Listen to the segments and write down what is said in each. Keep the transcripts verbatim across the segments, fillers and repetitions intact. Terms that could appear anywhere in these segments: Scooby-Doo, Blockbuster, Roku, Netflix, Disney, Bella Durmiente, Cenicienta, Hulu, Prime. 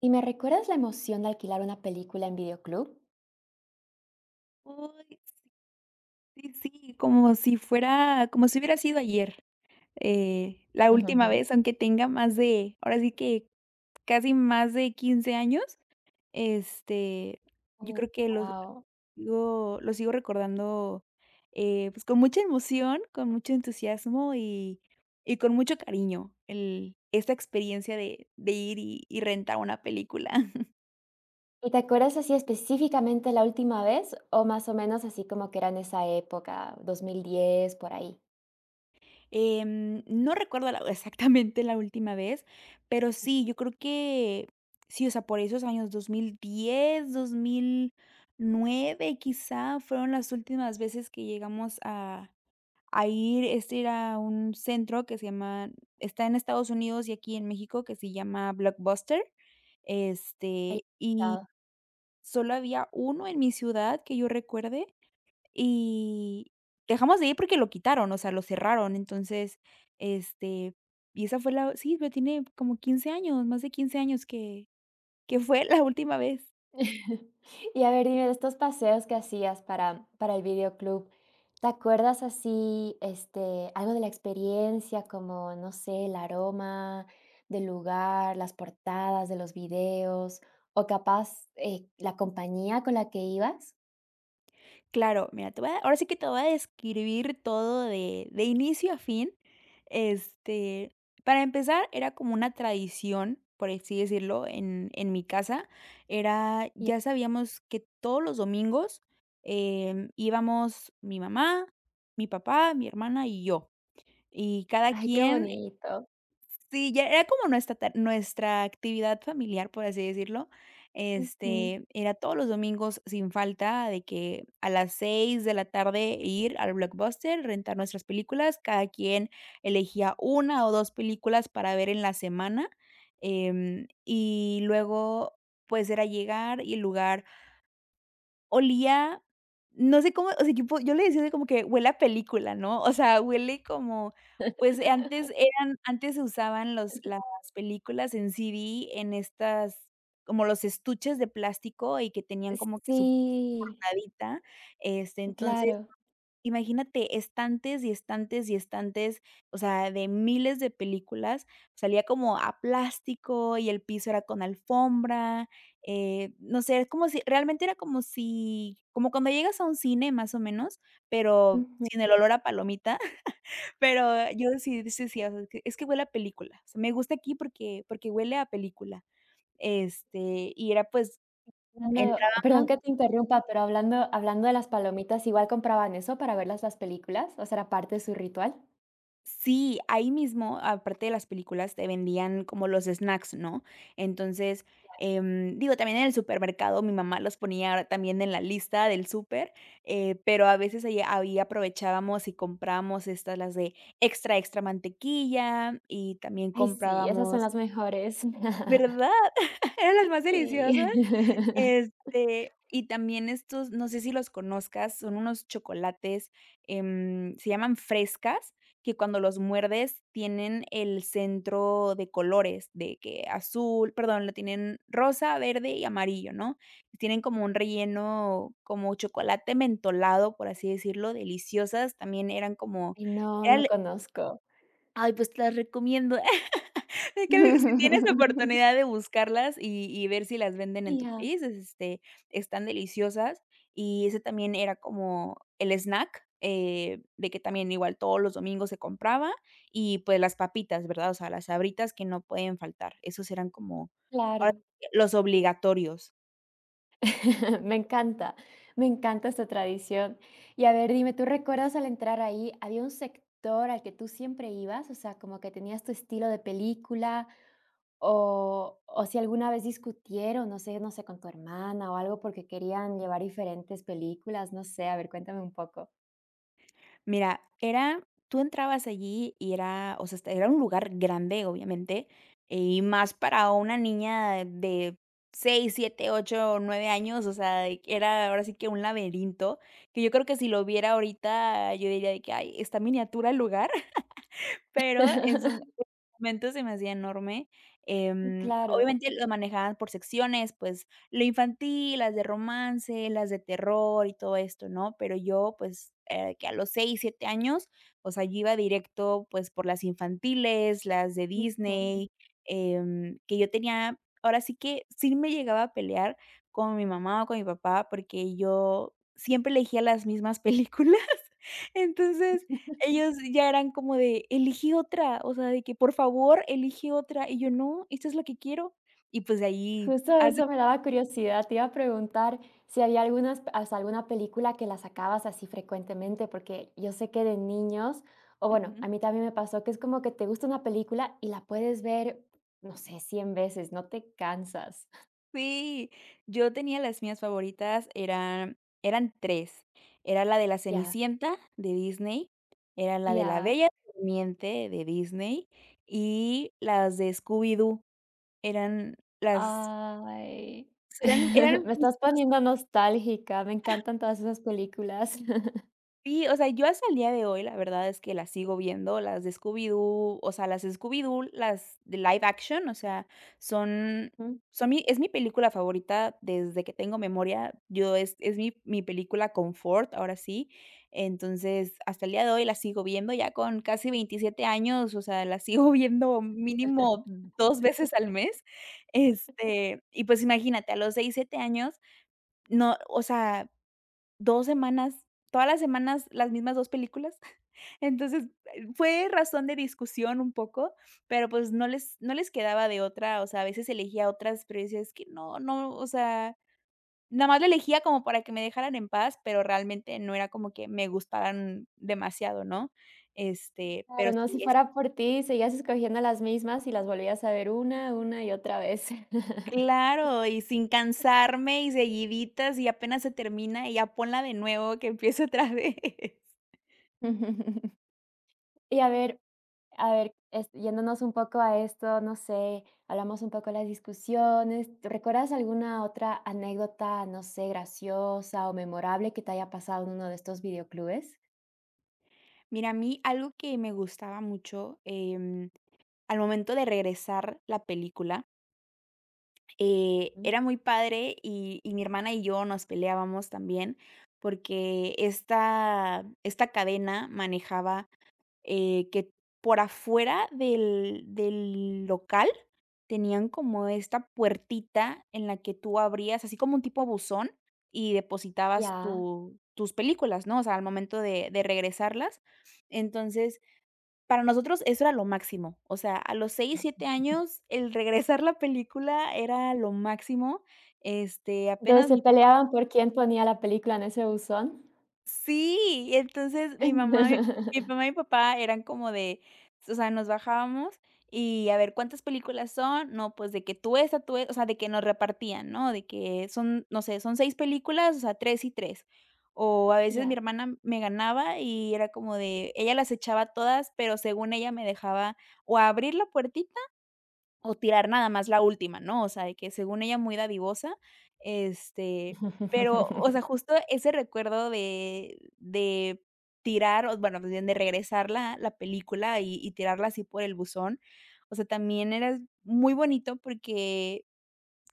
¿Y me recuerdas la emoción de alquilar una película en videoclub? Uy, sí, sí, sí, como si fuera como si hubiera sido ayer, eh, la última Ujú, vez, aunque tenga más de, ahora sí que casi más de quince años, este, yo ujú. creo que lo Wow. sigo lo sigo recordando, eh, pues, con mucha emoción, con mucho entusiasmo y y con mucho cariño el esta experiencia de de ir y y rentar una película. ¿Y te acuerdas así específicamente la última vez o más o menos así como que era en esa época, dos mil diez por ahí? Em, no recuerdo la exactamente la última vez, pero sí, yo creo que sí, o sea, por esos años dos dos mil diez, dos mil nueve, quizá fueron las últimas veces que llegamos a a ir. Este era un centro que se llama, está en Estados Unidos y aquí en México, que se llama Blockbuster. ¿Hay este, y solo había uno en mi ciudad que yo recuerde, y dejamos de ir porque lo quitaron, o sea, lo cerraron. Entonces, este, y esa fue la sí, pero tiene como quince años, más de quince años que que fue la última vez. Y a ver, dime, de estos paseos que hacías para para el videoclub, ¿te acuerdas así, este, algo de la experiencia, como, no sé, el aroma del lugar, las portadas de los videos, o capaz, eh, la compañía con la que ibas? Claro, mira, te voy a ahora sí que te voy a describir todo de de inicio a fin. Este, para empezar, era como una tradición, por así decirlo, en en mi casa. Era Y Ya sabíamos que todos los domingos, em, íbamos mi mamá, mi papá, mi hermana y yo. Y cada ay, qué quien bonito. Sí, ya era como nuestra ta nuestra actividad familiar, por así decirlo. Ujú. Este, era todos los domingos sin falta, de que a las seis de la tarde ir al Blockbuster, rentar nuestras películas, cada quien elegía una o dos películas para ver en la semana. Em, y luego, pues, era llegar, y el lugar olía, no sé cómo. O sea, yo po yo le decía así como que: "Huele a película", ¿no? O sea, huele como, pues, antes eran antes se usaban los las películas en C D, en estas como los estuches de plástico, y que tenían como que Sí, su portadita. este, entonces claro. Imagínate, estantes y estantes y estantes, o sea, de miles de películas. Salía como a plástico, y el piso era con alfombra. Eh, no sé, es como si realmente era como si como cuando llegas a un cine, más o menos, pero Ujú. sin el olor a palomita. Pero yo sí decía, o sea, es que es que huele a película, o sea, me gusta aquí porque porque huele a película. Este, y era, pues, Hablando, perdón entrábamos. que te interrumpa, pero hablando hablando de las palomitas, ¿igual compraban eso para verlas las películas? O sea, ¿era parte de su ritual? Sí, ahí mismo, aparte de las películas, te vendían como los snacks, ¿no? Entonces, em, digo, también en el supermercado mi mamá los ponía también en la lista del súper. Eh, pero a veces ahí ahí aprovechábamos y comprábamos estas, las de extra, extra mantequilla, y también Ay, sí, esas son comprábamos. las mejores. ¿Verdad? Eran las más Sí. deliciosas. Este, y también estos, no sé si los conozcas, son unos chocolates. Em, se llaman frescas, que cuando los muerdes tienen el centro de colores, de que azul, perdón, lo tienen rosa, verde y amarillo, ¿no? Tienen como un relleno, como chocolate mentolado, por así decirlo, deliciosas. También eran como, Ay, no, era no el- conozco. ay, pues te las recomiendo. Es que el- si tienes oportunidad de buscarlas y y ver si las venden en tu Ya, país, es este, están deliciosas. Y ese también era como el snack, eh, de que también igual todos los domingos se compraba, y, pues, las papitas, ¿verdad? O sea, las Sabritas que no pueden faltar. Esos eran como ahora claro. sí que los obligatorios. Me encanta, me encanta esta tradición. Y a ver, dime, ¿tú recuerdas al entrar ahí, había un sector al que tú siempre ibas? O sea, como que tenías tu estilo de película, o o si alguna vez discutieron, no sé no sé, con tu hermana o algo porque querían llevar diferentes películas, no sé, a ver, cuéntame un poco. Mira, era tú entrabas allí y era, o sea, este, era un lugar grande, obviamente, y más para una niña de seis, siete, ocho, nueve años. O sea, de que era ahora sí que un laberinto, que yo creo que si lo viera ahorita, yo diría de que: "Ay, está miniatura el lugar". Pero en su en su momento se me hacía enorme. Em, Claro. obviamente lo manejaban por secciones, pues, lo infantil, las de romance, las de terror y todo esto, ¿no? Pero yo, pues, eh, que a los seis siete años, o sea, yo iba directo, pues, por las infantiles, las de Ujú. Disney. Em, que yo tenía ahora sí que sí me llegaba a pelear con mi mamá o con mi papá, porque yo siempre elegía las mismas películas. Entonces, ellos ya eran como de: "Elige otra", o sea, de que: "Por favor, elige otra", y yo: "No, esta es la que quiero". Y, pues, de ahí Justo haz de eso me daba curiosidad. Te iba a preguntar si había algunas, hasta alguna película que la sacabas así frecuentemente, porque yo sé que de niños, o bueno, ujú. a mí también me pasó que es como que te gusta una película y la puedes ver, no sé, cien veces, no te cansas. Sí, yo tenía las mías favoritas, eran eran tres. Era la de la Ya, Cenicienta de Disney, era la de la ya. Bella Durmiente de Disney, y las de Scooby Doo. Eran las Ay. eran Eran Me mis. estás poniendo nostálgica. Me encantan todas esas películas. Sí, o sea, yo hasta el día de hoy, la verdad es que las sigo viendo, las de Scooby-Doo. O sea, las de Scooby-Doo, las de live action, o sea, son Ujú. son mi es mi película favorita desde que tengo memoria. Yo es es mi mi película confort, ahora sí. Entonces, hasta el día de hoy la sigo viendo ya con casi veintisiete años, o sea, la sigo viendo mínimo dos veces al mes. Este, y pues imagínate, a los seis siete años, no, o sea, dos semanas, todas las semanas las mismas dos películas. Entonces, eh, fue razón de discusión un poco, pero, pues, no les no les quedaba de otra. O sea, a veces elegía otras, pero decía: "Es que no, no", o sea, nada más la elegía como para que me dejaran en paz, pero realmente no era como que me gustaran demasiado, ¿no? Este, pero Claro, no, si sí es fuera por ti, seguías escogiendo las mismas y las volvías a ver una, una y otra vez. Claro, y sin cansarme, y seguiditas, y apenas se termina, y ya ponla de nuevo que empiece otra vez. Y a ver a ver, es yéndonos un poco a esto, no sé, hablamos un poco de las discusiones. ¿Te ¿recuerdas alguna otra anécdota, no sé, graciosa o memorable que te haya pasado en uno de estos videoclubes? Mira, a mí algo que me gustaba mucho, em, al momento de regresar la película, eh, Mm. era muy padre, y, y mi hermana y yo nos peleábamos también porque esta, esta cadena manejaba, eh, que por afuera del, del local tenían como esta puertita en la que tú abrías, así como un tipo buzón, y depositabas Ya. tu- tus películas, ¿no? O sea, al momento de de regresarlas. Entonces, para nosotros eso era lo máximo. O sea, a los seis siete años, el regresar la película era lo máximo. Este, Entonces, Apenas ¿se mi papá. peleaban por quién ponía la película en ese buzón? Sí, entonces mi mamá mi mi mamá y mi papá eran como de, o sea, nos bajábamos, y a ver cuántas películas son. No, pues de que tú esta, tú e o sea, de que nos repartían, ¿no? De que son, no sé, son seis películas, o sea, tres y tres. O a veces mi Ya. hermana me ganaba y era como de, ella las echaba todas, pero según ella me dejaba o abrir la puertita, o tirar nada más la última, ¿no? O sea, de que según ella muy dadivosa. este, pero, o sea, justo ese recuerdo de de tirar, o bueno, más bien de regresar la la película y y tirarla así por el buzón, o sea, también era muy bonito porque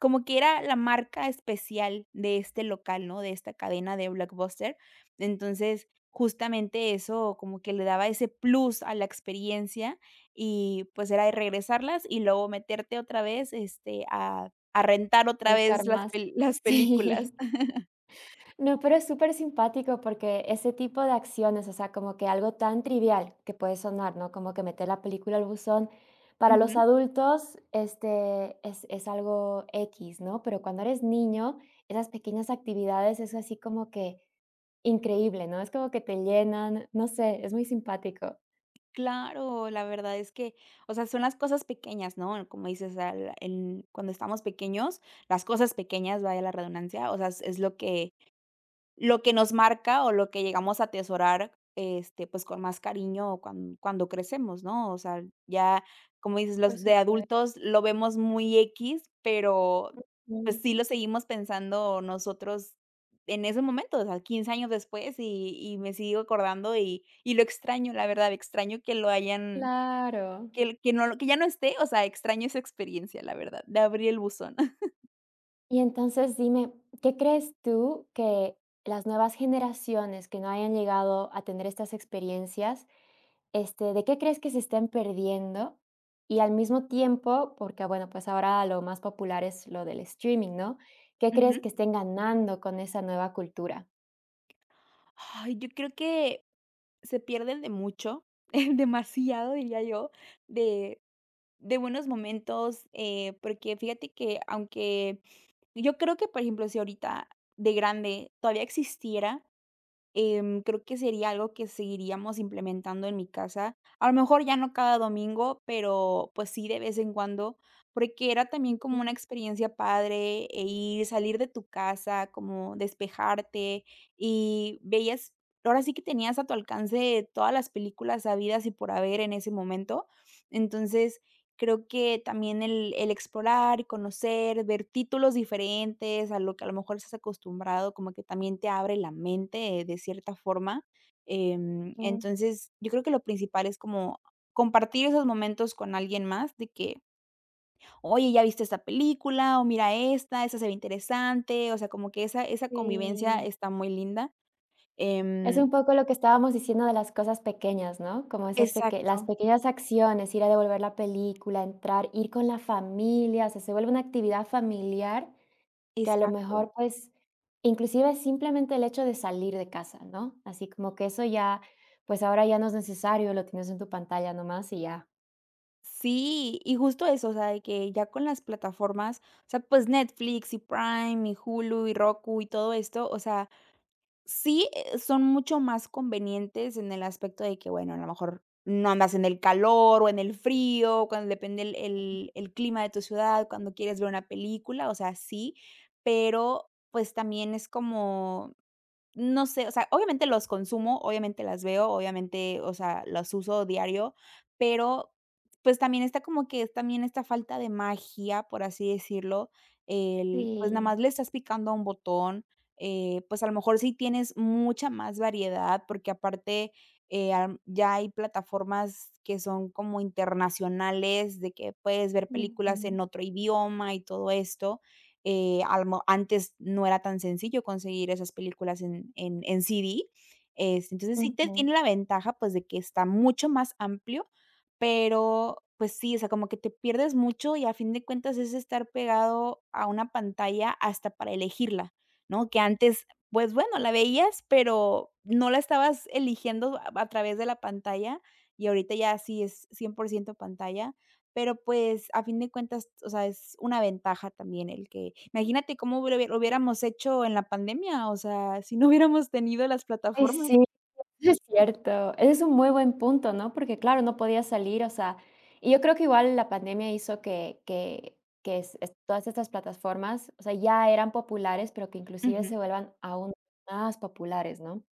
como que era la marca especial de este local, ¿no? De esta cadena de Blockbuster. Entonces, justamente eso como que le daba ese plus a la experiencia, y, pues, era de regresarlas y luego meterte otra vez, este, a a rentar A otra vez buscar las más. pel las películas. Sí. No, pero es súper simpático porque ese tipo de acciones, o sea, como que algo tan trivial que puede sonar, ¿no? Como que meter la película al buzón, para los Ujú. adultos, este, es, es algo X, ¿no? Pero cuando eres niño, esas pequeñas actividades es así como que increíble, ¿no? Es como que te llenan, no sé, es muy simpático. Claro, la verdad es que, o sea, son las cosas pequeñas, ¿no? Como dices, al en cuando estamos pequeños, las cosas pequeñas, vaya la redundancia, o sea, es es lo que lo que nos marca, o lo que llegamos a atesorar, este, pues, con más cariño cuan cuando crecemos, ¿no? O sea, ya, como dices, Por los de supuesto. adultos lo vemos muy x, pero, pues, sí lo seguimos pensando nosotros en ese momento. O sea, quince años después, y y me sigo acordando, y y lo extraño, la verdad. Extraño que lo hayan Claro. que el que no lo que ya no esté, o sea, extraño esa experiencia, la verdad, de abrir el buzón. Y entonces dime, ¿qué crees tú que las nuevas generaciones que no hayan llegado a tener estas experiencias, este, de qué crees que se estén perdiendo? Y al mismo tiempo, porque bueno, pues ahora lo más popular es lo del streaming, ¿no? ¿Qué crees Ujú. que estén ganando con esa nueva cultura? Ay, yo creo que se pierden de mucho, demasiado diría yo, de de buenos momentos. Eh, porque fíjate que, aunque yo creo que, por ejemplo, si ahorita de grande todavía existiera, Em, creo que sería algo que seguiríamos implementando en mi casa. A lo mejor ya no cada domingo, pero, pues, sí de vez en cuando, porque era también como una experiencia padre, eh, ir, salir de tu casa, como despejarte, y veías ahora sí que tenías a tu alcance todas las películas habidas y por haber en ese momento. Entonces, creo que también el el explorar, conocer, ver títulos diferentes a lo que a lo mejor estás acostumbrado, como que también te abre la mente, eh, de cierta forma. Em, Ujú. entonces, yo creo que lo principal es como compartir esos momentos con alguien más, de que: "Oye, ¿ya viste esta película? O mira esta, esta se ve interesante". O sea, como que esa esa convivencia Sí, está muy linda. es Em un poco lo que estábamos diciendo de las cosas pequeñas, ¿no? Como esas peque las exacto, pequeñas acciones, ir a devolver la película, entrar, ir con la familia, o sea, se vuelve una actividad familiar que a lo mejor, exacto. pues, inclusive es simplemente el hecho de salir de casa, ¿no? Así como que eso ya, pues ahora ya no es necesario, lo tienes en tu pantalla nomás y ya. Sí, y justo eso, o sea, de que ya con las plataformas, o sea, pues Netflix y Prime y Hulu y Roku y todo esto, o sea, sí, eh, son mucho más convenientes en el aspecto de que, bueno, a lo mejor no andas en el calor o en el frío, cuando depende el, el- el clima de tu ciudad, cuando quieres ver una película, o sea, sí, pero pues también es como, no sé, o sea, obviamente los consumo, obviamente las veo, obviamente, o sea, las uso diario. Pero, pues, también está como que es también esta falta de magia, por así decirlo. El, pues, nada Sí. más le estás picando a un botón. Eh, pues, a lo mejor sí tienes mucha más variedad, porque aparte, eh, am, ya hay plataformas que son como internacionales, de que puedes ver películas Ujú, en otro idioma y todo esto. Eh, al mo Antes no era tan sencillo conseguir esas películas en en en C D. Este, entonces sí te ujú. tiene la ventaja, pues, de que está mucho más amplio. Pero, pues sí, o sea, como que te pierdes mucho, y a fin de cuentas es estar pegado a una pantalla hasta para elegirla, ¿no? Que antes, pues bueno, la veías, pero no la estabas eligiendo a a través de la pantalla. Y ahorita ya sí es cien por ciento pantalla. Pero, pues, a fin de cuentas, o sea, es una ventaja también el que, imagínate cómo lo hubiera- lo hubiéramos hecho en la pandemia, o sea, si no hubiéramos tenido las Ay, plataformas. sí, eso es cierto. Ese es un muy buen punto, ¿no? Porque claro, no podía salir, o sea, y yo creo que igual la pandemia hizo que que que es es todas estas plataformas, o sea, ya eran populares, pero que inclusive se vuelvan aún más populares, ¿no?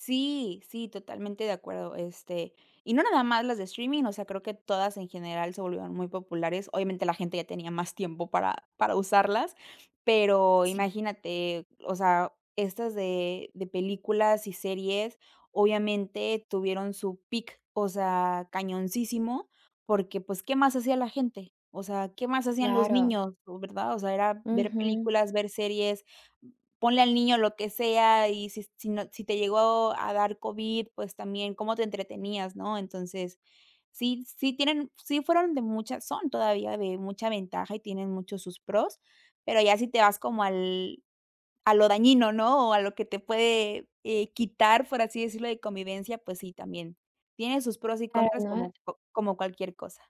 Sí, sí, totalmente de acuerdo. Este, y no nada más las de streaming, o sea, creo que todas en general se volvieron muy populares. Obviamente, la gente ya tenía más tiempo para para usarlas, pero Sí. imagínate, o sea, estas de de películas y series, obviamente, tuvieron su pic, o sea, cañoncísimo. Porque, pues, ¿qué más hacía la gente? O sea, ¿qué más hacían los Claro. niños? ¿Verdad? O sea, era ver Ujú. películas, ver series. Ponle al niño lo que sea, y si si no si te llegó a dar COVID, pues también cómo te entretenías, ¿no? Entonces, sí sí tienen sí fueron de mucha son todavía de mucha ventaja y tienen muchos sus pros, pero ya si te vas como al a lo dañino, ¿no? O a lo que te puede, eh, quitar, por así decirlo, de convivencia, pues sí, también. Tiene sus pros y Claro, contras ¿no? como co como cualquier cosa.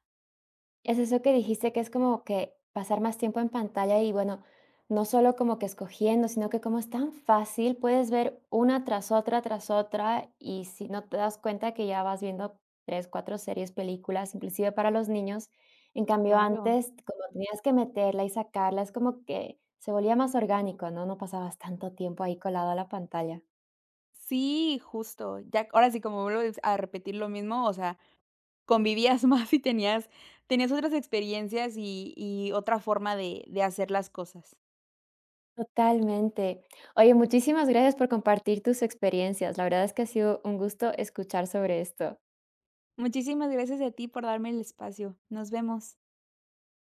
Es eso que dijiste, que es como que pasar más tiempo en pantalla y bueno, no solo como que escogiendo, sino que como es tan fácil, puedes ver una tras otra, tras otra, y si no te das cuenta que ya vas viendo tres cuatro series, películas, inclusive para los niños. En cambio, Claro. antes, como tenías que meterla y sacarla, es como que se volvía más orgánico, ¿no? No pasabas tanto tiempo ahí colado a la pantalla. Sí, justo. Ya ahora sí, como vuelvo a repetir lo mismo, o sea, convivías más, y tenías tenías otras experiencias y y otra forma de de hacer las cosas. Totalmente. Oye, muchísimas gracias por compartir tus experiencias. La verdad es que ha sido un gusto escuchar sobre esto. Muchísimas gracias a ti por darme el espacio. Nos vemos.